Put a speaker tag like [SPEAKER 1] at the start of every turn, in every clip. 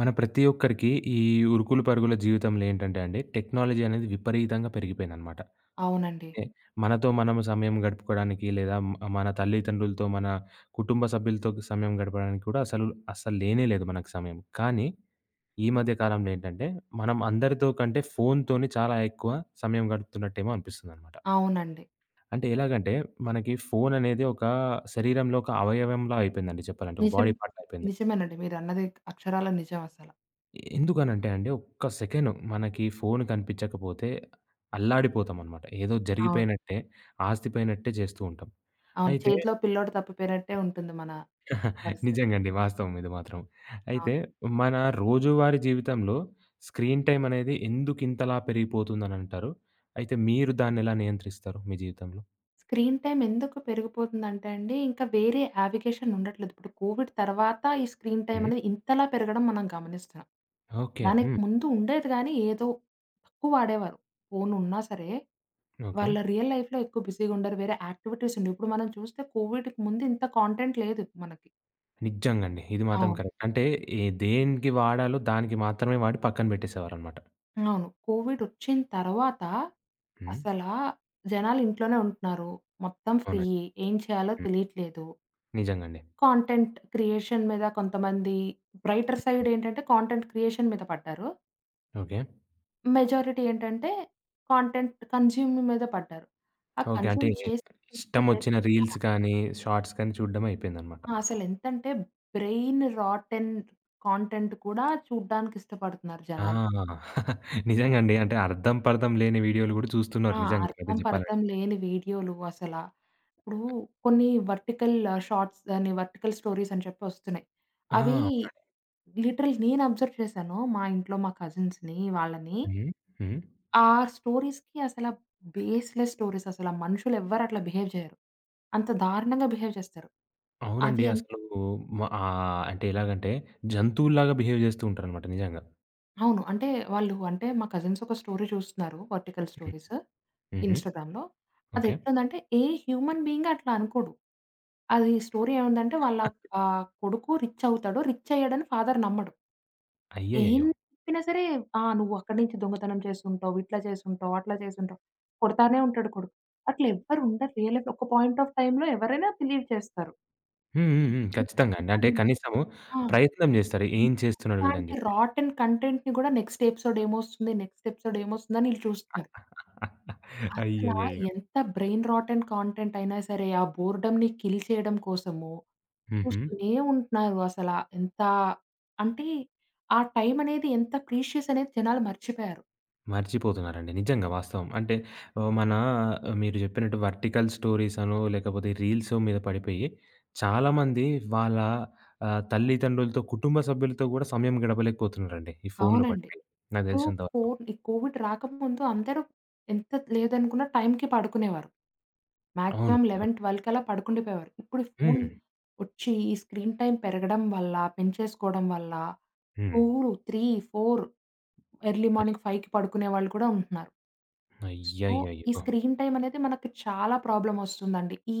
[SPEAKER 1] మన ప్రతి ఒక్కరికి ఈ ఉరుకులు పరుగుల జీవితంలో ఏంటంటే అండి, టెక్నాలజీ అనేది విపరీతంగా పెరిగిపోయిందనమాట.
[SPEAKER 2] అవునండి.
[SPEAKER 1] అంటే మనతో మనం సమయం గడుపుకోవడానికి లేదా మన తల్లిదండ్రులతో, మన కుటుంబ సభ్యులతో సమయం గడపడానికి కూడా అస్సలు లేనే లేదు మనకు సమయం. కానీ ఈ మధ్య కాలంలో ఏంటంటే మనం అందరితో కంటే ఫోన్‌తోని చాలా ఎక్కువ సమయం గడుపుతున్నట్టేమో అనిపిస్తుందనమాట.
[SPEAKER 2] అవునండి.
[SPEAKER 1] అంటే ఎలాగంటే మనకి ఫోన్ అనేది ఒక శరీరంలో ఒక అవయవంలా అయిపోయిందండి చెప్పాలంటే. ఒక
[SPEAKER 2] నిజం.
[SPEAKER 1] బాడీ పార్ట్ అయిపోయింది.
[SPEAKER 2] నిజమేనండి. మీరన్నది అక్షరాల నిజం అసల.
[SPEAKER 1] ఎందుకనంటే అండి, ఒక్క సెకను మనకి ఫోను కనిపించకపోతే అల్లాడిపోతామనమాట. ఏదో
[SPEAKER 2] అవును.
[SPEAKER 1] జరిగిపోయినట్టే, ఆస్తిపోయినట్టే చేస్తూ ఉంటాం.
[SPEAKER 2] అవును.
[SPEAKER 1] అయితే
[SPEAKER 2] చేతిలో పిల్లోడు తప్పిపోయినట్టే ఉంటుంది మన పరిస్థితి.
[SPEAKER 1] నిజంగండి. వాస్తవం ఇది మాత్రం. అయితే
[SPEAKER 2] అవును.
[SPEAKER 1] మన రోజువారీ జీవితంలో స్క్రీన్ టైమ్ అనేది ఎందుకింతలా పెరిగిపోతుందనంటారు? అయితే మీరు దాన్నెలా నియంత్రిస్తారు మీ జీవితంలో?
[SPEAKER 2] స్క్రీన్ టైమ్ ఎందుకు పెరిగిపోతుందంటే అండి, ఇంకా వేరే యావిగేషన్ ఉండట్లేదు. ఇప్పుడు కోవిడ్ తర్వాత ఈ స్క్రీన్ టైమ్
[SPEAKER 1] హ్మ్.
[SPEAKER 2] అనేది ఇంతలా పెరగడం మనం గమనిస్తున్నాం.
[SPEAKER 1] ఓకే.
[SPEAKER 2] దానికి
[SPEAKER 1] హ్మ్.
[SPEAKER 2] ముందు ఉండేది గానీ, ఏదో తక్కువ వాడేవారు. ఫోన్ ఉన్నా సరే,
[SPEAKER 1] ఓకే.
[SPEAKER 2] వాళ్ళ రియల్ లైఫ్‌లో ఎక్కువ బిజీగా ఉండరు. వేరే యాక్టివిటీస్ ఉండేవి. ఇప్పుడు మనం చూస్తే కోవిడ్‌కి ముందు ఇంత కాంటెంట్ లేదు మనకి.
[SPEAKER 1] నిజంగండి. ఇది మాత్రం
[SPEAKER 2] అవును.
[SPEAKER 1] కరెక్ట్. అంటే ఏ దేనికి వాడాలో దానికి మాత్రమే వాడి పక్కన పెట్టేసేవారనమాట.
[SPEAKER 2] అవును. కోవిడొచ్చిన తర్వాత
[SPEAKER 1] హ్మ్.
[SPEAKER 2] అసలా జనాలు ఇంట్లోనే ఉంటున్నారు. మొత్తం
[SPEAKER 1] అవునండి.
[SPEAKER 2] ఫ్రీయే. ఏం చేయాలో
[SPEAKER 1] హ్మ్.
[SPEAKER 2] తెలియట్లేదు.
[SPEAKER 1] నిజంగండి.
[SPEAKER 2] కాంటెంట్ క్రియేషన్ మీద కొంతమంది బ్రైటర్ సైడ్ ఏంటంటే కాంటెంట్ క్రియేషన్ మీద పడ్డారు.
[SPEAKER 1] ఓకే.
[SPEAKER 2] మెజారిటీ ఏంటంటే కాంటెంట్ కన్జ్యూమ్ మీద పడ్డారు. ఆ
[SPEAKER 1] ఓకే. అంటే
[SPEAKER 2] కన్జ్యూమ్ చేస్తూ చేస్తూ
[SPEAKER 1] ఇష్టమొచ్చిన
[SPEAKER 2] చేస్తూ ఆ!
[SPEAKER 1] రీల్స్ కానీ, షార్ట్స్ కానీ చూడడం అయిపోయిందనమాట.
[SPEAKER 2] ఆ! అసలెంతంటే బ్రెయిన్ రాటెన్ కాంటెంట్ కూడా చూడ్డానికిష్టపడుతున్నారు
[SPEAKER 1] ఆ!
[SPEAKER 2] జనాలు.
[SPEAKER 1] నిజంగా అండి. అంటే అర్థం పర్థం లేని వీడియోలు గూడా చూస్తున్నారు
[SPEAKER 2] ఆ!
[SPEAKER 1] నిజంగా ఈ మధ్య
[SPEAKER 2] అర్థం
[SPEAKER 1] జెప్పాలంటే.
[SPEAKER 2] పర్థం లేని వీడియోలు అసల. ఇప్పుడు కొన్ని వర్టికల్ షార్ట్స్ అని, వర్టికల్ స్టోరీస్ అని చెప్పి వస్తున్నాయి.
[SPEAKER 1] ఆ!
[SPEAKER 2] అవి
[SPEAKER 1] అవునండి.
[SPEAKER 2] లిటరల్ నేను అబ్జర్వ్ చేశాను. మా ఇంట్లో మా కజిన్స్‌ని వాళ్ళని.
[SPEAKER 1] హ్మ్. హ్మ్.
[SPEAKER 2] ఆ స్టోరీస్‌కి అసల బేస్‌లెస్ స్టోరీస్ అసల. మనుషులెవ్వరు అట్లా బిహేవ్ చేయరు. అంత దారుణంగా బిహేవ్ చేస్తారు. అది
[SPEAKER 1] అవునండి.
[SPEAKER 2] ఎన్
[SPEAKER 1] అసలు అంటే ఎలాగంటే జంతువుల్లాగా బిహేవ్ జేస్తూ ఉంటారనమాట నిజంగా.
[SPEAKER 2] అవును. అంటే వాళ్ళు అంటే మా కజిన్స్ ఒక స్టోరీ చూస్తున్నారు వర్టికల్
[SPEAKER 1] హ్మ్.
[SPEAKER 2] స్టోరీస్.
[SPEAKER 1] హుహు.
[SPEAKER 2] ఇన్‌స్టాగ్రామ్‌లో.
[SPEAKER 1] ఓకే.
[SPEAKER 2] అదెట్లుందంటే ఏ హ్యూమన్ బీయింగ్ అట్లా అనుకోడు. అది స్టోరీ ఏముందంటే వాళ్ళ కొడుకు రిచ్ అవుతాడు. రిచ్ అయ్యాడని ఫాదర్ నమ్మడు.
[SPEAKER 1] అయ్యయ్యయ్యో!
[SPEAKER 2] ఎన్ని చెప్పినా సరే ఆ! నువ్వు అక్కడి నుంచి దొంగతనం చేసుంటావు, ఇట్లా చేసుంటావు, అట్లా చేసుంటావు. కొడతానే ఉంటాడు కొడుకు. అట్లా ఎవ్వరు ఉండరు. రియల్ లైఫ్‌లో ఒక పాయింట్ ఆఫ్ టైమ్‌లో ఎవరైనా బిలీవ్ చేస్తారు.
[SPEAKER 1] హ్మ్. హ్మ్. హ్మ్.
[SPEAKER 2] బిలీవ్
[SPEAKER 1] ఖచ్చితంగా అండి. అంటే
[SPEAKER 2] చేయకుండానే
[SPEAKER 1] కనీసము
[SPEAKER 2] ఆ!
[SPEAKER 1] ప్రయత్నం జేస్తారు. ఏం చేస్తున్నాడు వీడని
[SPEAKER 2] ఇట్లాంటి
[SPEAKER 1] జెప్పి.
[SPEAKER 2] రాటెన్ కంటెంట్‌ని గూడా నెక్స్ట్ ఎపిసోడ్ ఏమొస్తుంది? నెక్స్ట్ ఎపిసోడ్ ఏమొస్తుందని ఈళ్ళు చూస్తున్నారు. అసలా
[SPEAKER 1] అయ్యయ్యయ్యో!
[SPEAKER 2] ఎంత బ్రెయిన్ రాటెన్ కాంటెంట్ అయినా సరే, ఆ బోర్డమ్‌ని కిల్ చేయడం కోసము
[SPEAKER 1] హుహు.
[SPEAKER 2] చూస్తూనే ఉంటున్నారు అసల. ఎంత అంటే, ఆ టైం అనేది ఎంత ప్రీషియస్ అనేది జనాలు మర్చిపోయారు.
[SPEAKER 1] మర్చిపోతున్నారండి. నిజంగా వాస్తవం. అంటే మన ఆ, మీరు చెప్పినట్టు వర్టికల్ స్టోరీస్ అనో, లేకపోతే రీల్సో మీద పడిపోయి చాలామంది వాళ్ళ తల్లిదండ్రులతో, కుటుంబ సభ్యులతో గూడా సమయం గడపలేకపోతున్నారండి. ఈ ఫోన్‌లో
[SPEAKER 2] అవునండి.
[SPEAKER 1] పడిపోయి. నాకు
[SPEAKER 2] ఇప్పుడు
[SPEAKER 1] తెలిసినంత వరకు.
[SPEAKER 2] ఫోన్ ఈ కోవిడ్ రాకముందు అందరూ ఎంత లేదనుకున్న టైంకి పడుకునేవారు.
[SPEAKER 1] అవును.
[SPEAKER 2] మాక్సిమం 11, 12 కల్లా పడుకుండిపోయేవారు. ఇప్పుడు ఈ ఫోన్
[SPEAKER 1] హ్మ్.
[SPEAKER 2] వచ్చి, ఈ స్క్రీన్ టైమ్ పెరగడం వల్ల, పెంచేసుకోవడం వల్ల
[SPEAKER 1] హ్మ్.
[SPEAKER 2] 2, 3, 4 ఎర్లీ
[SPEAKER 1] అయ్
[SPEAKER 2] మార్నింగ్ 5కి పడుకునే వాళ్ళు కూడా ఉంటున్నారు. సో, ఈ
[SPEAKER 1] అయ్యయ్యయ్యో!
[SPEAKER 2] స్క్రీన్ టైమ్ అనేది మనకి చాలా ప్రాబ్లమొస్తుందండి. ఈ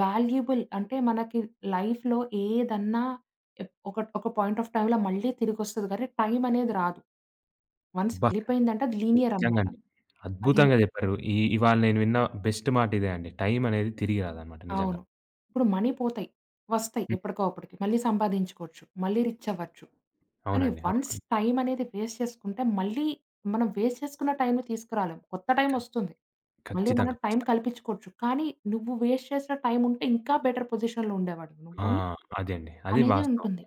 [SPEAKER 2] వాల్యుబుల్ అంటే మనకి లైఫ్‌లో ఏదన్నా ఒక పాయింట్ ఆఫ్ టైమ్‌లో మళ్ళీ తిరిగొస్తది గానీ, టైమ్ అనేది రాదు. వన్స్
[SPEAKER 1] అబ్బా!
[SPEAKER 2] వెళ్ళిపోయిందంటే అది లీనియర్
[SPEAKER 1] నిజంగా
[SPEAKER 2] అనమాట.
[SPEAKER 1] అండి.
[SPEAKER 2] అది
[SPEAKER 1] అద్భుతంగా చెప్పారు. ఈ ఇవాళ నేను విన్న బెస్ట్ మాట ఇదే అండి. టైం అనేది తిరిగి రాదనమాట నిజంగా.
[SPEAKER 2] అవును. ఇప్పుడు మనీ పోతాయి. వస్తాయి
[SPEAKER 1] హ్మ్.
[SPEAKER 2] ఎప్పటికో అప్పటికి. మళ్ళీ సంపాదించుకోవచ్చు. మళ్ళీ రిచ్ అవ్వచ్చు. కానీ
[SPEAKER 1] అవునండి.
[SPEAKER 2] వన్స్
[SPEAKER 1] అవును.
[SPEAKER 2] టైమ్ అనేది వేస్ట్ చేసుకుంటే మళ్ళీ మనం వేస్ట్ చేసుకున్న టైమ్‌ని తీసుకురాలేం. కొత్త టైమ్ వస్తుంది. మళ్ళీ మనం
[SPEAKER 1] ఖచ్చితంగా.
[SPEAKER 2] టైమ్
[SPEAKER 1] ఖచ్చితంగా.
[SPEAKER 2] కల్పించుకోవచ్చు. కానీ నువ్వు వేస్ట్ చేసిన టైమ్ ఉంటే ఇంకా బెటర్ పొజిషన్‌లో ఉండేవాడివి
[SPEAKER 1] ఆ!
[SPEAKER 2] నువ్వని
[SPEAKER 1] అదే అండి. అది
[SPEAKER 2] అనేది
[SPEAKER 1] వాస్తవం.
[SPEAKER 2] ఉంటుంది.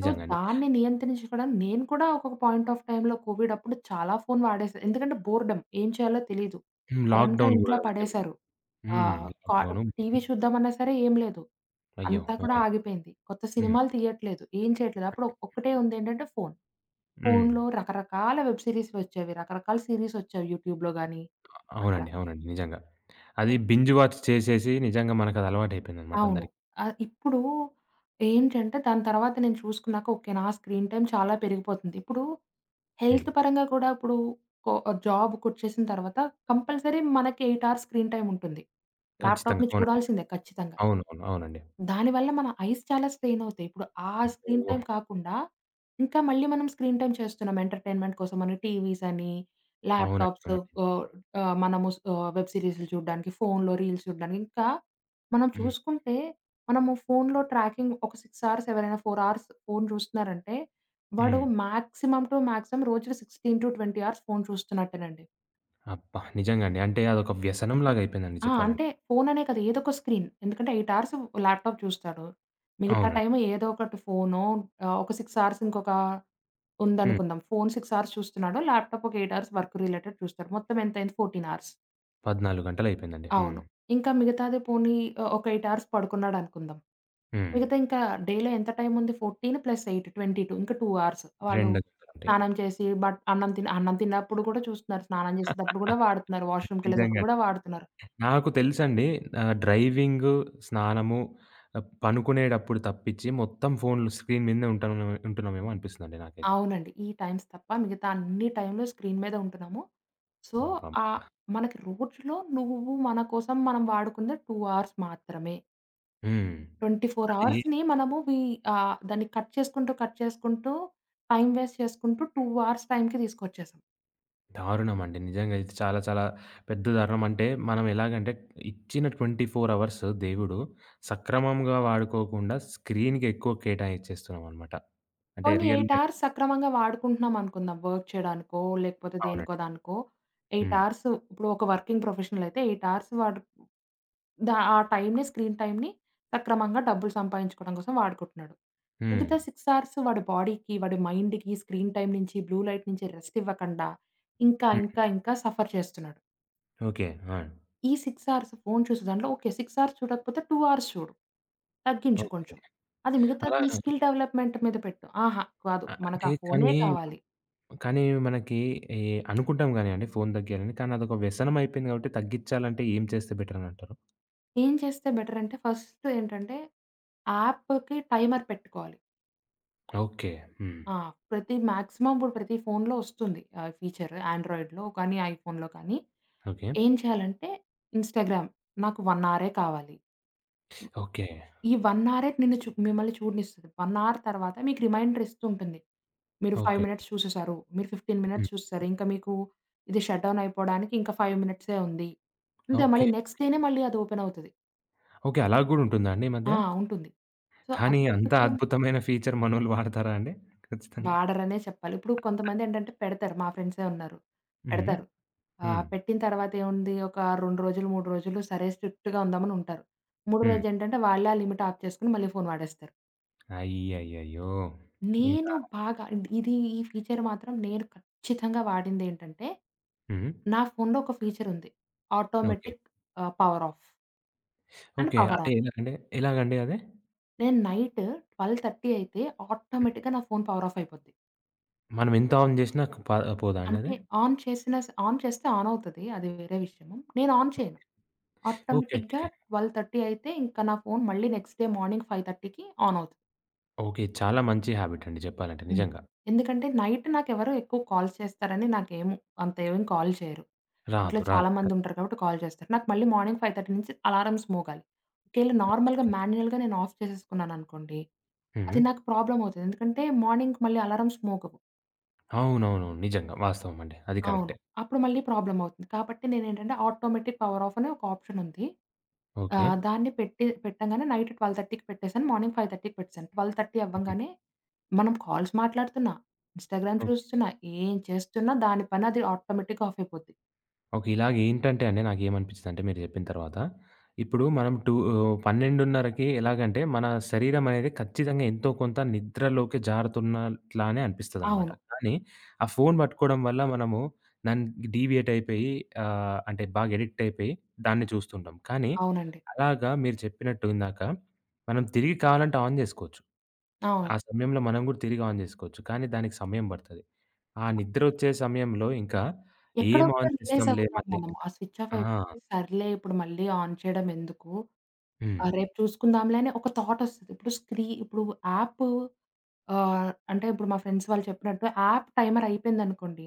[SPEAKER 2] సో,
[SPEAKER 1] అండి.
[SPEAKER 2] దాన్ని నియంత్రించుకోవడం నేను కూడా ఒకొక పాయింట్ ఆఫ్ టైమ్‌లో కోవిడ్ అప్పుడు చాలా ఫోను వాడేసా. ఎందుకంటే బోర్‌డమ్ ఏం చేయాలో తెలీదు.
[SPEAKER 1] హ్మ్.
[SPEAKER 2] సడెన్‌గా
[SPEAKER 1] లాక్‌డౌన్ గూడా
[SPEAKER 2] ఇంట్లో
[SPEAKER 1] గదండీ మరి.
[SPEAKER 2] పడేశారు.
[SPEAKER 1] హ్మ్.
[SPEAKER 2] ఆహ్, కా
[SPEAKER 1] లాక్‌డౌను.
[SPEAKER 2] ఇప్పుడు టీవీ చూద్దామన్నా సరే ఏం లేదు.
[SPEAKER 1] అయ్యో!
[SPEAKER 2] అంతా కూడా
[SPEAKER 1] ఆ!
[SPEAKER 2] ఆగిపోయింది. కొత్త
[SPEAKER 1] హ్మ్.
[SPEAKER 2] సినిమాలు తీయట్లేదు. ఏం చేయట్లేదు. అప్పుడు ఒక్కటే ఉందేంటంటే ఫోను.
[SPEAKER 1] హ్మ్.
[SPEAKER 2] ఫోనులో రకరకాల వెబ్ సీరీస్‌లొచ్చేవి. రకరకాల సీరీసొచ్చేవి యూట్యూబ్‌లో గాని అక్కడ.
[SPEAKER 1] అవునండి. అవునండి. నిజంగా. అది బింజ్ వాచ్ చేసేసి నిజంగా మనకది అలవాటయిపోయిందనమాట
[SPEAKER 2] అవును.
[SPEAKER 1] అందరికి.
[SPEAKER 2] ఇప్పుడు ఏంటంటే దాని తర్వాత నేను చూసుకున్నాక ఓకే. నా స్క్రీన్ టైమ్ చాలా పెరిగిపోతుంది. ఇప్పుడు
[SPEAKER 1] హ్మ్.
[SPEAKER 2] హెల్త్ పరంగా కూడా ఇప్పుడు కొ జాబ్‌కొచ్చేసిన తర్వాత కంపల్సరీ మనకి 8 అవర్స్ స్క్రీన్ టైమ్ ఉంటుంది.
[SPEAKER 1] ఖచ్చితంగా.
[SPEAKER 2] ల్యాప్‌టాప్‌ని
[SPEAKER 1] అవునండి.
[SPEAKER 2] చూడాల్సిందే ఖచ్చితంగా.
[SPEAKER 1] అవునవును. అవునండి.
[SPEAKER 2] దానివల్ల మన ఐస్ చాలా స్ట్రెయిన్ అవుతాయి. ఇప్పుడు ఆ స్క్రీన్
[SPEAKER 1] అబ్బో!
[SPEAKER 2] టైమ్ కాకుండా, ఇంకా మళ్ళీ మనం స్క్రీన్ టైమ్ చేస్తున్నాం ఎంటర్‌టైన్‌మెంట్ కోసమని టీవీస్ అని,
[SPEAKER 1] అవునండి.
[SPEAKER 2] ల్యాప్‌టాప్స్ ఆహ్,
[SPEAKER 1] అవునండి.
[SPEAKER 2] ఆహ్, మనము వెబ్ సీరీస్‌లు చూడడానికి, ఫోన్‌లో రీల్స్ చూడడానికి, ఇంకా మనం
[SPEAKER 1] హ్మ్.
[SPEAKER 2] చూసుకుంటే మనము ఫోన్‌లో ట్రాకింగ్ ఒక 6 అవర్స్ ఎవరైనా 4 అవర్స్ ఫోన్ చూస్తున్నారంటే, వాడు
[SPEAKER 1] హ్మ్.
[SPEAKER 2] మాక్సిమమ్ టు మాక్సిమమ్ రోజుకి 16-20 అవర్స్ ఫోన్ చూస్తున్నట్టేనండి.
[SPEAKER 1] అబ్బా! నిజంగా అండి. అంటే అదొక వ్యసనంలాగా అయిపోయిందండి
[SPEAKER 2] ఆ!
[SPEAKER 1] చెప్పాలంటే.
[SPEAKER 2] అంటే ఫోననే కాదు ఏదో ఒక స్క్రీన్. ఎందుకంటే 8 అవర్స్ ల్యాప్‌టాప్ చూస్తాడు. మిగతా
[SPEAKER 1] అవునండి.
[SPEAKER 2] టైమ్ ఏదో ఒకటి ఫోనో ఒక 6 అవర్స్ ఇంకొక
[SPEAKER 1] హ్మ్.
[SPEAKER 2] ఉందనుకుందాం. ఫోన్ 6 అవర్స్ చూస్తున్నాడు. ల్యాప్‌టాప్ ఒక 8 అవర్స్ వర్క్ రిలేటెడ్ చూస్తాడు. మొత్తం ఎంతయింది 14 అవర్స్.
[SPEAKER 1] 14 గంటలయిపోయిందండి. హ్మ్.
[SPEAKER 2] అవును. ఇంకా మిగతాది పోనీ ఒక 8 అవర్స్ పడుకున్నాడనుకుందాం.
[SPEAKER 1] హ్మ్.
[SPEAKER 2] మిగతా ఇంకా డేలో ఎంత టైం ఉంది 14 + 8 22 ఇంకా 2 అవర్స్. వాడు
[SPEAKER 1] 2 గంటలండి.
[SPEAKER 2] స్నానం చేసి బట్ అన్నం తిని అన్నం తిన్నప్పుడు కూడా చూస్తున్నారు. స్నానం చేసేటప్పుడు కూడా వాడుతున్నారు.
[SPEAKER 1] నిజంగా.
[SPEAKER 2] వాష్‌రూమ్‌కెళ్ళేటప్పుడు కూడా వాడుతున్నారు.
[SPEAKER 1] నాకు తెలుసండి. ఆహ్, డ్రైవింగు, స్నానము, పనుకునేటప్పుడు తప్పించి మొత్తం ఫోన్‌లు స్క్రీన్ మీదనే ఉంటున్నామేమో అనిపిస్తుందండి నాకైతే.
[SPEAKER 2] అవునండి. ఈ టైమ్స్ తప్ప మిగతా అన్ని టైమ్‌లో స్క్రీన్ మీద ఉంటున్నాము. సో,
[SPEAKER 1] అబ్బబ్బా!
[SPEAKER 2] ఆహ్, మనకి రోజులో నువ్వు మన కోసం మనం వాడుకుంది 2 అవర్స్ మాత్రమే.
[SPEAKER 1] హ్మ్.
[SPEAKER 2] 24
[SPEAKER 1] అది
[SPEAKER 2] అవర్స్‌ని మనము దాన్ని కట్ చేసుకుంటూ, కట్ చేసుకుంటూ, టైమ్ వేస్ట్ చేసుకుంటూ 2 అవర్స్ టైమ్‌కి తీసుకొచ్చేసాం.
[SPEAKER 1] దారుణమండి. నిజంగా ఇది చాలా చాలా పెద్ద దారుణం. అంటే మనం ఎలాగంటే ఇచ్చిన 24 అవర్స్ దేవుడు సక్రమంగా వాడుకోకుండా స్క్రీన్‌కి ఎక్కువ కేటాయించేస్తున్నామనమాట. అంటే
[SPEAKER 2] పోనీ
[SPEAKER 1] రియల్
[SPEAKER 2] 8
[SPEAKER 1] లైఫ్.
[SPEAKER 2] అవర్స్ సక్రమంగా వాడుకుంటున్నాం అనుకుందాం. వర్క్ చేయడానికో, లేకపోతే దేనికో
[SPEAKER 1] అవునండి.
[SPEAKER 2] దానికో 8
[SPEAKER 1] హ్మ్.
[SPEAKER 2] అవర్స్ ఇప్పుడు ఒక వర్కింగ్ ప్రొఫెషనల్ అయితే 8 అవర్స్ వాడు ద ఆ టైమ్‌ని స్క్రీన్ టైమ్‌ని సక్రమంగా డబ్బులు సంపాదించుకోవడం కోసం వాడుకుంటున్నాడు.
[SPEAKER 1] హ్మ్.
[SPEAKER 2] మిగతా 6 అవర్స్ వాడి బాడీకి, వాడి మైండ్‌కి స్క్రీన్ టైమ్ నుంచి, బ్లూ లైట్ నుంచి రెస్ట్ ఇవ్వకుండా ఇంకా
[SPEAKER 1] హ్మ్.
[SPEAKER 2] ఇంకా ఇంకా సఫర్ చేస్తున్నాడు.
[SPEAKER 1] ఓకే. ఆ!
[SPEAKER 2] ఈ 6 అవర్స్ ఫోను చూసే దాంట్లో ఓకే. 6 అవర్స్ చూడకపోతే 2 అవర్స్ చూడు. తగ్గించు
[SPEAKER 1] ఓకే.
[SPEAKER 2] కొంచెం. అది మిగతాది
[SPEAKER 1] అలా
[SPEAKER 2] నీ స్కిల్ డెవలప్‌మెంట్ మీద పెట్టు. ఆహా! కాదు. మనకు
[SPEAKER 1] అంటే
[SPEAKER 2] ఆ ఫోనే
[SPEAKER 1] కానీ
[SPEAKER 2] కావాలి.
[SPEAKER 1] కానీ మనకి ఈ అనుకుంటాం గానియండి ఫోను దగ్గేయాలని. కానీ అదొక వ్యసనం అయిపోయింది కాబట్టి తగ్గిచ్చాలంటే ఏం చేస్తే బెటర్ అనంటారు?
[SPEAKER 2] ఏం చేస్తే బెటర్ అంటే ఫస్ట్ ఏంటంటే యాప్‌కి టైమర్ పెట్టుకోవాలి.
[SPEAKER 1] ఓకే. హ్మ్.
[SPEAKER 2] ఆ! ప్రతి మాక్సిమం ఇప్పుడు ప్రతి ఫోనులో వస్తుంది. ఆ ఫీచర్ ఆండ్రాయిడ్‌లో కానీ, ఐఫోన్‌లో కానీ.
[SPEAKER 1] ఓకే.
[SPEAKER 2] ఏం చేయాలంటే ఇన్‌స్టాగ్రామ్ నాకు 1 అవరే కావాలి.
[SPEAKER 1] ఓకే.
[SPEAKER 2] ఈ 1 అవరే నిన్ను చు మిమ్మల్ని చూడనిస్తది. 1 అవర్ తర్వాత మీకు రిమైండర్ ఇస్తూ ఉంటుంది. మీరు 5
[SPEAKER 1] ఓకే.
[SPEAKER 2] మినిట్స్ చూసేసారు. మీరు 15
[SPEAKER 1] హ్మ్.
[SPEAKER 2] మినిట్స్ చూసేసారు. ఇంకా మీకు ఇది షట్ డౌన్ అయిపోవడానికి ఇంకా 5 మినిట్సే ఉంది. అంతే
[SPEAKER 1] ఓకే.
[SPEAKER 2] మళ్ళీ నెక్స్ట్ డేనే మళ్ళీ అది ఓపెన్ అవుతది.
[SPEAKER 1] ఓకే. అలా గూడా ఉంటుందా అండి ఈ మధ్య?
[SPEAKER 2] ఆ! ఉంటుంది. సో,
[SPEAKER 1] కానీ
[SPEAKER 2] అది
[SPEAKER 1] అంత
[SPEAKER 2] పెట్టుకోవడం
[SPEAKER 1] అద్భుతమైన ఫీచర్ మనోళ్ళు వాడతారా అండి? ఖచ్చితంగా.
[SPEAKER 2] వాడరనే చెప్పాలి. ఇప్పుడు కొంతమందేంటంటే పెడతారు. మా ఫ్రెండ్సే ఉన్నారు.
[SPEAKER 1] హ్మ్.
[SPEAKER 2] పెడతారు.
[SPEAKER 1] హ్మ్.
[SPEAKER 2] పెట్టిన తర్వాత ఏముంది ఒక 2 రోజులు, 3 రోజులు సరే స్ట్రిక్ట్‌గా ఉందామని ఉంటారు. మూడో
[SPEAKER 1] హ్మ్.
[SPEAKER 2] రోజేంటంటే వాళ్ళే ఆ లిమిట్ ఆఫ్ చేసుకొని మళ్ళీ ఫోను వాడేస్తారు.
[SPEAKER 1] అయ్యయ్యయ్యో!
[SPEAKER 2] నేను
[SPEAKER 1] ఇంకా
[SPEAKER 2] బాగా ఇది ఈ ఫీచర్ మాత్రం నేను ఖచ్చితంగా వాడిందేంటంటే
[SPEAKER 1] హ్మ్.
[SPEAKER 2] నా ఫోన్‌లో ఒక ఫీచర్ ఉంది.
[SPEAKER 1] Okay.
[SPEAKER 2] Automatic power off and
[SPEAKER 1] okay.
[SPEAKER 2] Power
[SPEAKER 1] అంటే
[SPEAKER 2] ఆన్.
[SPEAKER 1] ఎలాగండి? ఎలాగండి అది?
[SPEAKER 2] నేను నైట్ 12:30 అయితే ఆటోమేటిక్‌గా నా ఫోన్ పవర్ ఆఫ్ అయిపోద్ది.
[SPEAKER 1] మనం ఎంత ఆన్ జేసినా క ప పోదా అండి అది?
[SPEAKER 2] అంటే ఆన్ చేసిన స్ ఆన్ చేస్తే ఆన్ అవుతది. అది వేరే విషయము. నేను ఆన్ చేయను.
[SPEAKER 1] ఓకే. ఓకే.
[SPEAKER 2] ఆటోమేటిక్‌గా
[SPEAKER 1] ఓకే.
[SPEAKER 2] 12:30 అయితే ఇంకా నా ఫోన్ మళ్ళీ నెక్స్ట్ డే మార్నింగ్ 5:30కి ఆన్ అవుతుంది.
[SPEAKER 1] ఓకే. చాలా మంచి హాబిట్ అండి చెప్పాలంటే
[SPEAKER 2] హ్మ్.
[SPEAKER 1] నిజంగా.
[SPEAKER 2] ఎందుకంటే నైట్ నాకెవరు ఎక్కువ కాల్స్ చేస్తారని నాకేమి అంత ఏమి కాల్ చేయరు. ఇంట్లో
[SPEAKER 1] రాదు.
[SPEAKER 2] చాలా
[SPEAKER 1] రాదండి.
[SPEAKER 2] మందుంటారు కాబట్టి కాల్ చేస్తారు. నాకు మళ్ళీ మార్నింగ్ 5:30 నుంచి అలారమ్స్ మోగాలి. ఒకేళ నార్మల్‌గా మాన్యుయల్‌గా నేను ఆఫ్ చేసేసుకున్నాననుకోండి,
[SPEAKER 1] హ్మ్.
[SPEAKER 2] అది నాకు ప్రాబ్లమ్ అవుతది. ఎందుకంటే మార్నింగ్ మళ్ళీ అలారమ్స్ మోగవు.
[SPEAKER 1] అవునవునవును. నిజంగా. వాస్తవం అండి. అది
[SPEAKER 2] అవును.
[SPEAKER 1] కరెక్టే.
[SPEAKER 2] అప్పుడు మళ్ళీ ప్రాబ్లమ్ అవుతుంది. కాబట్టి నేనేంటంటే ఆటోమేటిక్ పవర్ ఆఫ్ అనే ఒక ఆప్షన్ ఉంది.
[SPEAKER 1] ఓకే.
[SPEAKER 2] దాన్ని పెట్టి పెట్టంగానే నైట్ 12:30కి పెట్టేసాను. మార్నింగ్ 5:30కి పెట్టేసాను. 12:30
[SPEAKER 1] హుహు.
[SPEAKER 2] అవ్వంగానే మనం కాల్స్ మాట్లాడుతున్నా, ఇన్‌స్టాగ్రామ్
[SPEAKER 1] ఓహ్!
[SPEAKER 2] చూస్తున్నా, ఏం చేస్తున్నా దాని పని అది ఆటోమేటిక్‌గా ఆఫ్ అయిపోద్ది.
[SPEAKER 1] ఓకే. ఇలాగ ఏంటంటే అండి నాకేమనిపించిందంటే మీరు చెప్పిన తర్వాత, ఇప్పుడు మనం 12:30కి ఎలాగంటే మన శరీరం అనేది ఖచ్చితంగా ఎంతో కొంత నిద్రలోకి జారుతున్నట్లానే అనిపిస్తదనమాట.
[SPEAKER 2] అవును.
[SPEAKER 1] కానీ ఆ ఫోను పట్టుకోవడం వల్ల మనము దానికి డీవియేట్ అయిపోయి అంటే బాగా అడిక్ట్ అయిపోయి దాన్ని చూస్తుంటాం. కానీ
[SPEAKER 2] అవునండి.
[SPEAKER 1] అలాగా మీరు చెప్పినట్టు ఇందాక మనం తిరిగి కావాలంటే ఆన్ చేసుకోవచ్చు. ఆ
[SPEAKER 2] అవును.
[SPEAKER 1] సమయంలో మనం గూడా తిరిగి ఆన్ జేసుకోవచ్చు. కానీ దానికి సమయం బడతది. ఆ నిద్రొచ్చే సమయంలో ఇంకా
[SPEAKER 2] ఎక్కడో
[SPEAKER 1] ఏం
[SPEAKER 2] అక్కడ
[SPEAKER 1] ఆన్
[SPEAKER 2] రిలైజ్
[SPEAKER 1] చేస్తాంలే
[SPEAKER 2] అవుతాం
[SPEAKER 1] మళ్ళీ.
[SPEAKER 2] మనం. ఆ స్విచ్ ఆఫ్
[SPEAKER 1] ఆ!
[SPEAKER 2] అయిపోతే సర్లే ఇప్పుడు మళ్ళీ ఆన్ చేయడం ఎందుకు?
[SPEAKER 1] హ్మ్.
[SPEAKER 2] ఆ! రేపు చూసుకుందాంలే అని ఒక థాటొస్తది. ఇప్పుడు యాప్ అంటే ఇప్పుడు మా ఫ్రెండ్స్ వాళ్ళు చెప్పినట్టు యాప్ టైమర్ అయిపోయిందనుకోండి.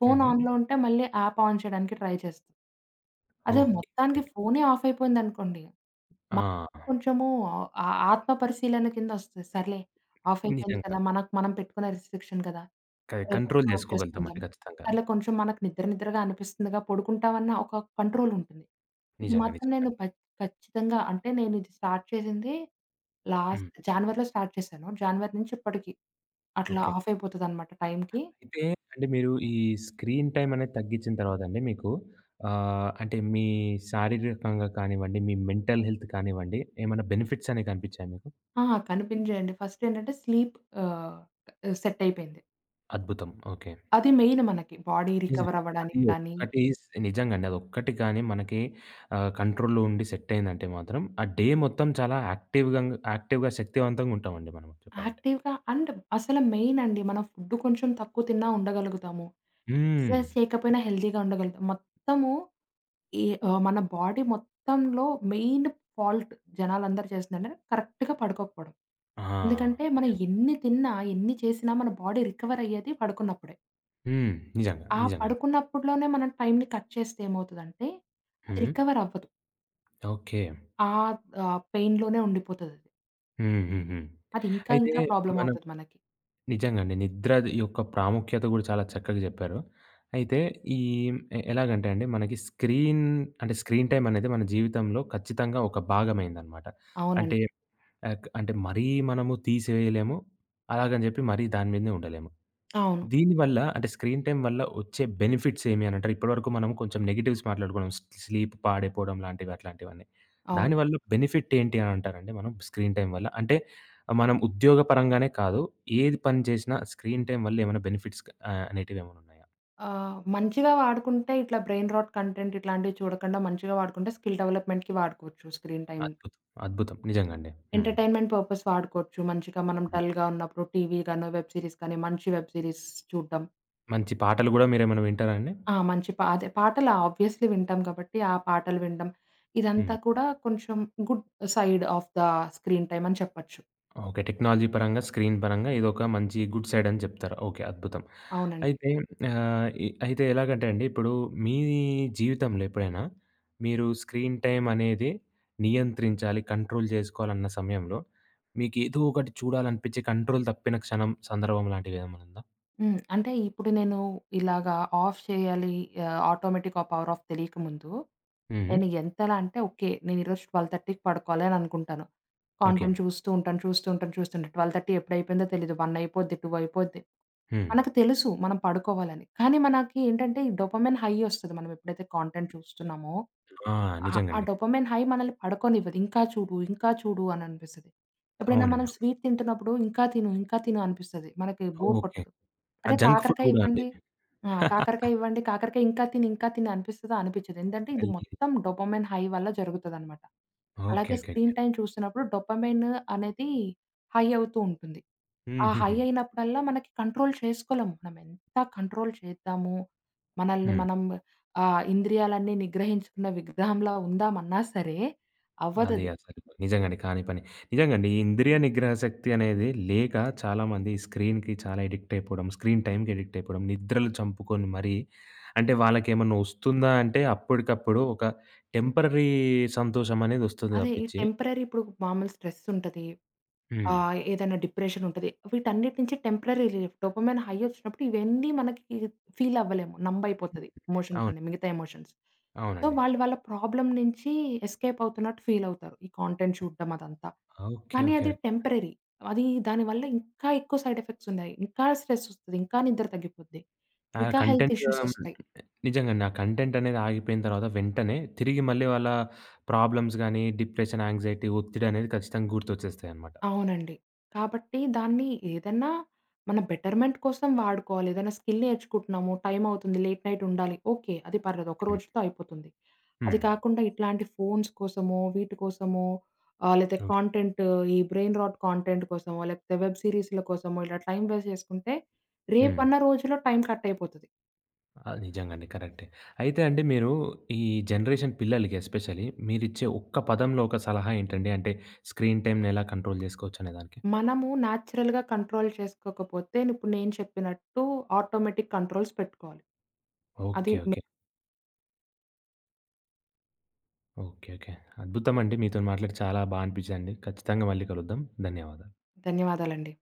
[SPEAKER 2] ఫోన్
[SPEAKER 1] హుహు.
[SPEAKER 2] ఆన్‌లో ఉంటే మళ్ళీ యాప్ ఆన్ చేయడానికి ట్రై చేస్తాం. అదే
[SPEAKER 1] ఓకే. ఓకే.
[SPEAKER 2] మొత్తానికి ఫోనే ఆఫ్ అయిపోయిందనుకోండి.
[SPEAKER 1] ఆ!
[SPEAKER 2] మనకు కొంచెము ఆ ఆ ఆత్మ పరిశీలన కిందొస్తది. సర్లే ఆఫ్ అయిపోయింది
[SPEAKER 1] నిజంగా.
[SPEAKER 2] కదా! మనకు మనం పెట్టుకున్న రిస్ట్రిక్షన్ కదా!
[SPEAKER 1] కంట్రోల్
[SPEAKER 2] రేపొద్దున ఆన్ చేసుకుందాం.
[SPEAKER 1] జేసుకోగలుగుతామండి ఖచ్చితంగా.
[SPEAKER 2] అట్లా కొంచెం మనకు నిద్ర నిద్రగా అనిపిస్తుందిగా పడుకుంటామన్న ఒక కంట్రోల్ ఉంటుంది. ఇది
[SPEAKER 1] నిజంగా.
[SPEAKER 2] మాత్రం
[SPEAKER 1] నిజంగా.
[SPEAKER 2] నేను ఖచ్చితంగా అంటే నేనిది స్టార్ట్ చేసింది
[SPEAKER 1] హ్మ్.
[SPEAKER 2] లాస్ట్ జాన్వరిలో స్టార్ట్ చేశాను. జాన్వరి నుంచి ఇప్పటికి అట్లా
[SPEAKER 1] ఓకే.
[SPEAKER 2] ఆఫ్ అయిపోతదనమాట టైంకి.
[SPEAKER 1] అయితే అంటే మీరు ఈ స్క్రీన్ టైమ్ అనేది తగ్గించిన తర్వాతండి మీకు అంటే మీ శారీరకంగా కానివ్వండి, మీ మెంటల్ హెల్త్ కానివ్వండి, ఏమైనా బెనిఫిట్స్ అనేవి కనిపించాయా మీకు?
[SPEAKER 2] ఆ! కనిపించేయండి. ఫస్ట్ ఏంటంటే స్లీప్ ఆహ్, సెట్ అయిపోయింది.
[SPEAKER 1] అద్భుతం. ఓకే.
[SPEAKER 2] అది మెయిన్ మనకి బాడీ
[SPEAKER 1] నిజం.
[SPEAKER 2] రికవర్
[SPEAKER 1] అది
[SPEAKER 2] అవ్వడానికి కానీ,
[SPEAKER 1] ఒక్కటి నిజంగండి. అదొక్కటి కానీ మనకి కంట్రోల్‌లో ఉండి సెట్ అయిందంటే మాత్రం, ఆ డే మొత్తం చాలా యాక్టివ్‌గా యాక్టివ్‌గా శక్తివంతంగా ఉంటామండి మనం చెప్పాలంటే.
[SPEAKER 2] యాక్టివ్‌గా అండ్ అసలు మెయిన్ అండి మనం ఫుడ్ కొంచెం తక్కువ తిన్నా ఉండగలుగుతాము.
[SPEAKER 1] హ్మ్.
[SPEAKER 2] ఎక్సర్సైజ్ చేయకపోయినా హెల్తీగా ఉండగలుగుతాం. మొత్తము ఈ మన బాడీ మొత్తంలో మెయిన్ ఫాల్ట్ జనాలందరూ చేస్తుందంటే కరెక్ట్‌గా పడుకోకపోవడం.
[SPEAKER 1] ఆ!
[SPEAKER 2] ఎందుకంటే మనం
[SPEAKER 1] నిజంగా.
[SPEAKER 2] ఎన్ని తిన్నా, ఎన్ని చేసినా మన బాడీ రికవర్ అయ్యేది పడుకున్నప్పుడే.
[SPEAKER 1] హ్మ్. నిజంగా.
[SPEAKER 2] ఆ
[SPEAKER 1] నిజంగండి.
[SPEAKER 2] పడుకున్నప్పుడులోనే మనం టైమ్‌ని కట్ చేస్తే ఏమవుతదంటే అది
[SPEAKER 1] హ్మ్.
[SPEAKER 2] రికవర్ అవ్వదు.
[SPEAKER 1] ఓకే.
[SPEAKER 2] ఆహ్, ఆహ్, పెయిన్‌లోనే ఉండిపోతదది. అది
[SPEAKER 1] హ్మ్. హ్మ్. హ్మ్.
[SPEAKER 2] అది ఇంకా
[SPEAKER 1] అయితే
[SPEAKER 2] ఇంకా ప్రాబ్లమ్
[SPEAKER 1] మనం
[SPEAKER 2] అవుతది మనకి.
[SPEAKER 1] నిజంగండి. నిద్ర యొక్క ప్రాముఖ్యత గూడా చాలా చక్కగా జెప్పారు. అయితే ఈ ఎలాగంటే అండి మనకి స్క్రీన్, అంటే స్క్రీన్ టైమ్ అనేది మన జీవితంలో ఖచ్చితంగా ఒక భాగమైందనమాట. అంటే
[SPEAKER 2] అవునండి.
[SPEAKER 1] అంటే మరీ మనము తీసేయలేము. అలాగని జెప్పి మరీ దాని మీదనే ఉండలేము.
[SPEAKER 2] అవును.
[SPEAKER 1] దీనివల్ల అంటే స్క్రీన్ టైమ్ వల్ల వచ్చే బెనిఫిట్స్ ఏమి అనంటారు? ఇప్పటివరకు మనం కొంచెం నెగెటివ్స్ మాట్లాడుకున్నాం. స్లీప్ పాడైపోవడం లాంటివి అట్లాంటివన్నీ.
[SPEAKER 2] అవును.
[SPEAKER 1] దానివల్ల బెనిఫిట్ ఏంటి అని అంటారండి మనం స్క్రీన్ టైమ్ వల్ల? అంటే మనం ఉద్యోగ పరంగానే కాదు. ఏది పని చేసినా స్క్రీన్ టైమ్ వల్ల ఏమైనా బెనిఫిట్స్ అనేటివి ఏమైనా ఉన్నాయా?
[SPEAKER 2] మంచిగా వాడుకుంటే ఇట్లా బ్రెయిన్ రాట్ కంటెంట్ ఇట్లాంటివి చూడకుండా మంచిగా వాడుకుంటే స్కిల్ డెవలప్‌మెంట్‌కి వాడుకోవచ్చు స్క్రీన్ టైమ్.
[SPEAKER 1] అద్భుతం. అద్భుతం. నిజంగా అండి. హ్మ్.
[SPEAKER 2] ఎంటర్‌టైన్‌మెంట్ పర్పస్ వాడుకోవచ్చు. మంచిగా మనం
[SPEAKER 1] హ్మ్.
[SPEAKER 2] డల్‌గా ఉన్నప్పుడు టీవీ గానో, వెబ్ సీరీస్ కానీ, మంచి వెబ్ సీరీస్ చూడడం.
[SPEAKER 1] మంచి పాటలు గూడా మీరేమైనా వింటారా అండి?
[SPEAKER 2] ఆ! మంచి పా అదే పాటలు ఆబ్వియస్‌లీ వింటాం కాబట్టి, ఆ పాటలు వినడం.
[SPEAKER 1] హ్మ్.
[SPEAKER 2] ఇదంతా కూడా కొంచెం good side of the screen time అని చెప్పొచ్చు.
[SPEAKER 1] ఓకే. టెక్నాలజీ పరంగా, స్క్రీన్ పరంగా ఇదొక మంచి గుడ్ సైడ్ అని చెప్తారు. ఓకే. అద్భుతం.
[SPEAKER 2] అవునండి.
[SPEAKER 1] అయితే ఆహ్, ఇ అయితే ఎలాగంటే అండి, ఇప్పుడు మీ జీవితంలో ఎప్పుడైనా మీరు స్క్రీన్ టైమ్ అనేది నియంత్రించాలి, కంట్రోల్ జేసుకోవాలన్న సమయంలో మీకేదో ఒకటి చూడాలనిపించి కంట్రోల్ తప్పిన క్షణం, సందర్భం లాంటివేమన్నా ఉందా?
[SPEAKER 2] హ్మ్. అంటే ఇప్పుడు నేను ఇలాగా ఆఫ్ చేయాలి ఆటోమేటిక్ పవర్ ఆఫ్ తెలియకముందు,
[SPEAKER 1] హుహు.
[SPEAKER 2] నేను ఎంతలా అంటే ఓకే. నేను ఈరోజు 12:30కి పడుకోవాలి అని అనుకుంటాను.
[SPEAKER 1] ఓకే.
[SPEAKER 2] కాంటెంట్ చూస్తూ ఉంటాను, చూస్తూ ఉంటాను, చూస్తూ ఉంటాను. 12:30 ఎప్పుడైపోయిందో తెలీదు. 1 అయిపోద్ది, 2 అయిపోద్ది.
[SPEAKER 1] హ్మ్.
[SPEAKER 2] మనకు తెలుసు మనం పడుకోవాలని. కానీ మనకి ఏంటంటే ఈ డోపమైన్ హై ఒస్తది. మనం ఎప్పుడైతే కాంటెంట్ చూస్తున్నామో,
[SPEAKER 1] ఆ!
[SPEAKER 2] ఆ
[SPEAKER 1] నిజంగండి.
[SPEAKER 2] డోపమైన్ హై మనల్ని పడుకోనివ్వదు. ఇంకా చూడు, ఇంకా చూడు అని అనిపిస్తది. ఎప్పుడైనా మనం
[SPEAKER 1] అవునండి.
[SPEAKER 2] స్వీట్ తింటున్నప్పుడు ఇంకా తిను, ఇంకా తిను అనిపిస్తది. మనకి బోర్
[SPEAKER 1] ఓకే.
[SPEAKER 2] కొట్టదు.
[SPEAKER 1] ఆ
[SPEAKER 2] అదే
[SPEAKER 1] జంక్ ఫుడ్
[SPEAKER 2] కాకరకాయ
[SPEAKER 1] గూడా అండి.
[SPEAKER 2] ఇవ్వండి ఆ! కాకరకాయ ఇవ్వండి, కాకరకాయ ఇంకా తిను, ఇంకా తిను అనిపిస్తదా? అనిపించదు. ఏందంటే ఇది
[SPEAKER 1] అయ్యో!
[SPEAKER 2] మొత్తం డోపమైన్ హై వల్ల జరుగుతదనమాట.
[SPEAKER 1] ఓకే.
[SPEAKER 2] అలాగే
[SPEAKER 1] ఓకే. ఓకే.
[SPEAKER 2] స్క్రీన్ టైమ్ చూస్తున్నప్పుడు డోపమైన్ అనేది హై అవుతూ ఉంటుంది. ఆ హై
[SPEAKER 1] హుహుహు.
[SPEAKER 2] అయినప్పుడల్లా మనకి కంట్రోల్ చేసుకోలేము. మనమెంత కంట్రోల్ చేద్దాము, మనల్ని
[SPEAKER 1] హ్మ్.
[SPEAKER 2] మనం ఇంద్రియాలన్నీ నిగ్రహించుకున్న విగ్రహంలా ఉందామన్నా సరే
[SPEAKER 1] అది
[SPEAKER 2] అవ్వదది.
[SPEAKER 1] అసలు. నిజంగానే కాని పని. నిజంగండి. ఈ ఇంద్రియ నిగ్రహ శక్తి అనేది లేక చాలామంది స్క్రీన్‌కి చాలా అడిక్ట్ అయిపోవడం, స్క్రీన్ టైమ్‌కి అడిక్ట్ అయిపోవడం, నిద్రలు చంపుకొని మరీ అంటే వాళ్ళకేమన్నా వస్తుందా అంటే అప్పటికప్పుడు ఒక టెంపరరీ సంతోషం అనేది వస్తుంది
[SPEAKER 2] అదే ఈ
[SPEAKER 1] తప్పించి
[SPEAKER 2] టెంపరరీ ఇప్పుడు మామూలు స్ట్రెస్ ఉంటది.
[SPEAKER 1] హ్మ్.
[SPEAKER 2] ఏదైనా డిప్రెషన్ ఉంటది. వీటన్నిటి నుంచి టెంపరరీ రిలీఫ్ డోపమైన్ హై వచ్చినప్పుడు ఇవన్నీ మనకి ఫీల్ అవ్వలేము. నంబ్ అయిపోతది ఎమోషన్స్
[SPEAKER 1] అవును.
[SPEAKER 2] అన్నీ మిగతా ఎమోషన్స్. సో,
[SPEAKER 1] అవునండి.
[SPEAKER 2] వాళ్ళు వాళ్ళ ప్రాబ్లమ్ నుంచి ఎస్కేప్ అవుతున్నట్టు ఫీల్ అవుతారు. ఈ కాంటెంట్ చూడడం అదంతా.
[SPEAKER 1] ఓకే.
[SPEAKER 2] కానీ
[SPEAKER 1] ఓకే.
[SPEAKER 2] అది టెంపరరీ. అది దానివల్ల ఇంకా ఎక్కువ సైడ్ ఎఫెక్ట్స్ ఉన్నాయి. ఇంకా స్ట్రెస్ ఒస్తది. ఇంకా నిద్ర తగ్గిపోద్ది.
[SPEAKER 1] ఆ
[SPEAKER 2] ఇంకా హెల్త్
[SPEAKER 1] కంటెంట్
[SPEAKER 2] ఇష్యూస్ ఒస్తాయి.
[SPEAKER 1] నిజంగండి. ఆ కంటెంట్ అనేది ఆగిపోయిన తర్వాత వెంటనే తిరిగి మళ్ళీ వాళ్ళ ప్రాబ్లమ్స్ గాని, డిప్రెషన్, యాంక్సైటీ, ఒత్తిడి అనేది ఖచ్చితంగా గుర్తొచ్చేస్తాయన్నమాట.
[SPEAKER 2] అవునండి. కాబట్టి దాన్ని ఏదన్నా మన బెటర్‌మెంట్ కోసం వాడుకోవాలి. ఏదైనా స్కిల్ నేర్చుకుంటున్నాము. టైం అవుతుంది. లేట్ నైట్ ఉండాలి. ఓకే. అది పర్లేదు. ఒక
[SPEAKER 1] హ్మ్.
[SPEAKER 2] రోజుతో అయిపోతుంది. అది
[SPEAKER 1] హ్మ్.
[SPEAKER 2] కాకుండా ఇట్లాంటి ఫోన్స్ కోసమో, వీటి కోసమో కాంటెంట్ ఈ బ్రెయిన్ రాట్ కాంటెంట్ కోసమో, లేకపోతే వెబ్ సీరీస్‌ల కోసమో ఇలా టైం వేస్ట్ చేసుకుంటే
[SPEAKER 1] హ్మ్.
[SPEAKER 2] రేపన్న రోజులో టైం కట్ అయిపోతది.
[SPEAKER 1] ఆ! నిజంగండి. కరెక్టే. అయితే అండి మీరు ఈ జనరేషన్ పిల్లలకి ఎస్పెషల్లీ మీరిచ్చే ఒక్క పదంలో ఒక సలహా ఏంటండి? అంటే స్క్రీన్ టైమ్‌ని ఎలా కంట్రోల్ జేసుకోవచ్చనే దానికి?
[SPEAKER 2] మనము నేచురల్‌గా కంట్రోల్ చేసుకోకపోతే ఇప్పుడు నేను చెప్పినట్టు ఆటోమేటిక్ కంట్రోల్స్ పెట్టుకోవాలి. అది
[SPEAKER 1] ఓకే.
[SPEAKER 2] మే
[SPEAKER 1] ఓకే. ఓకే. ఓకే. అద్భుతమండి. మీతోని మాట్లాడి చాలా అనిపించిందండి. ఖచ్చితంగా మళ్ళీ కలుద్దాం. ధన్యవాదాలు.
[SPEAKER 2] ధన్యవాదాలండి.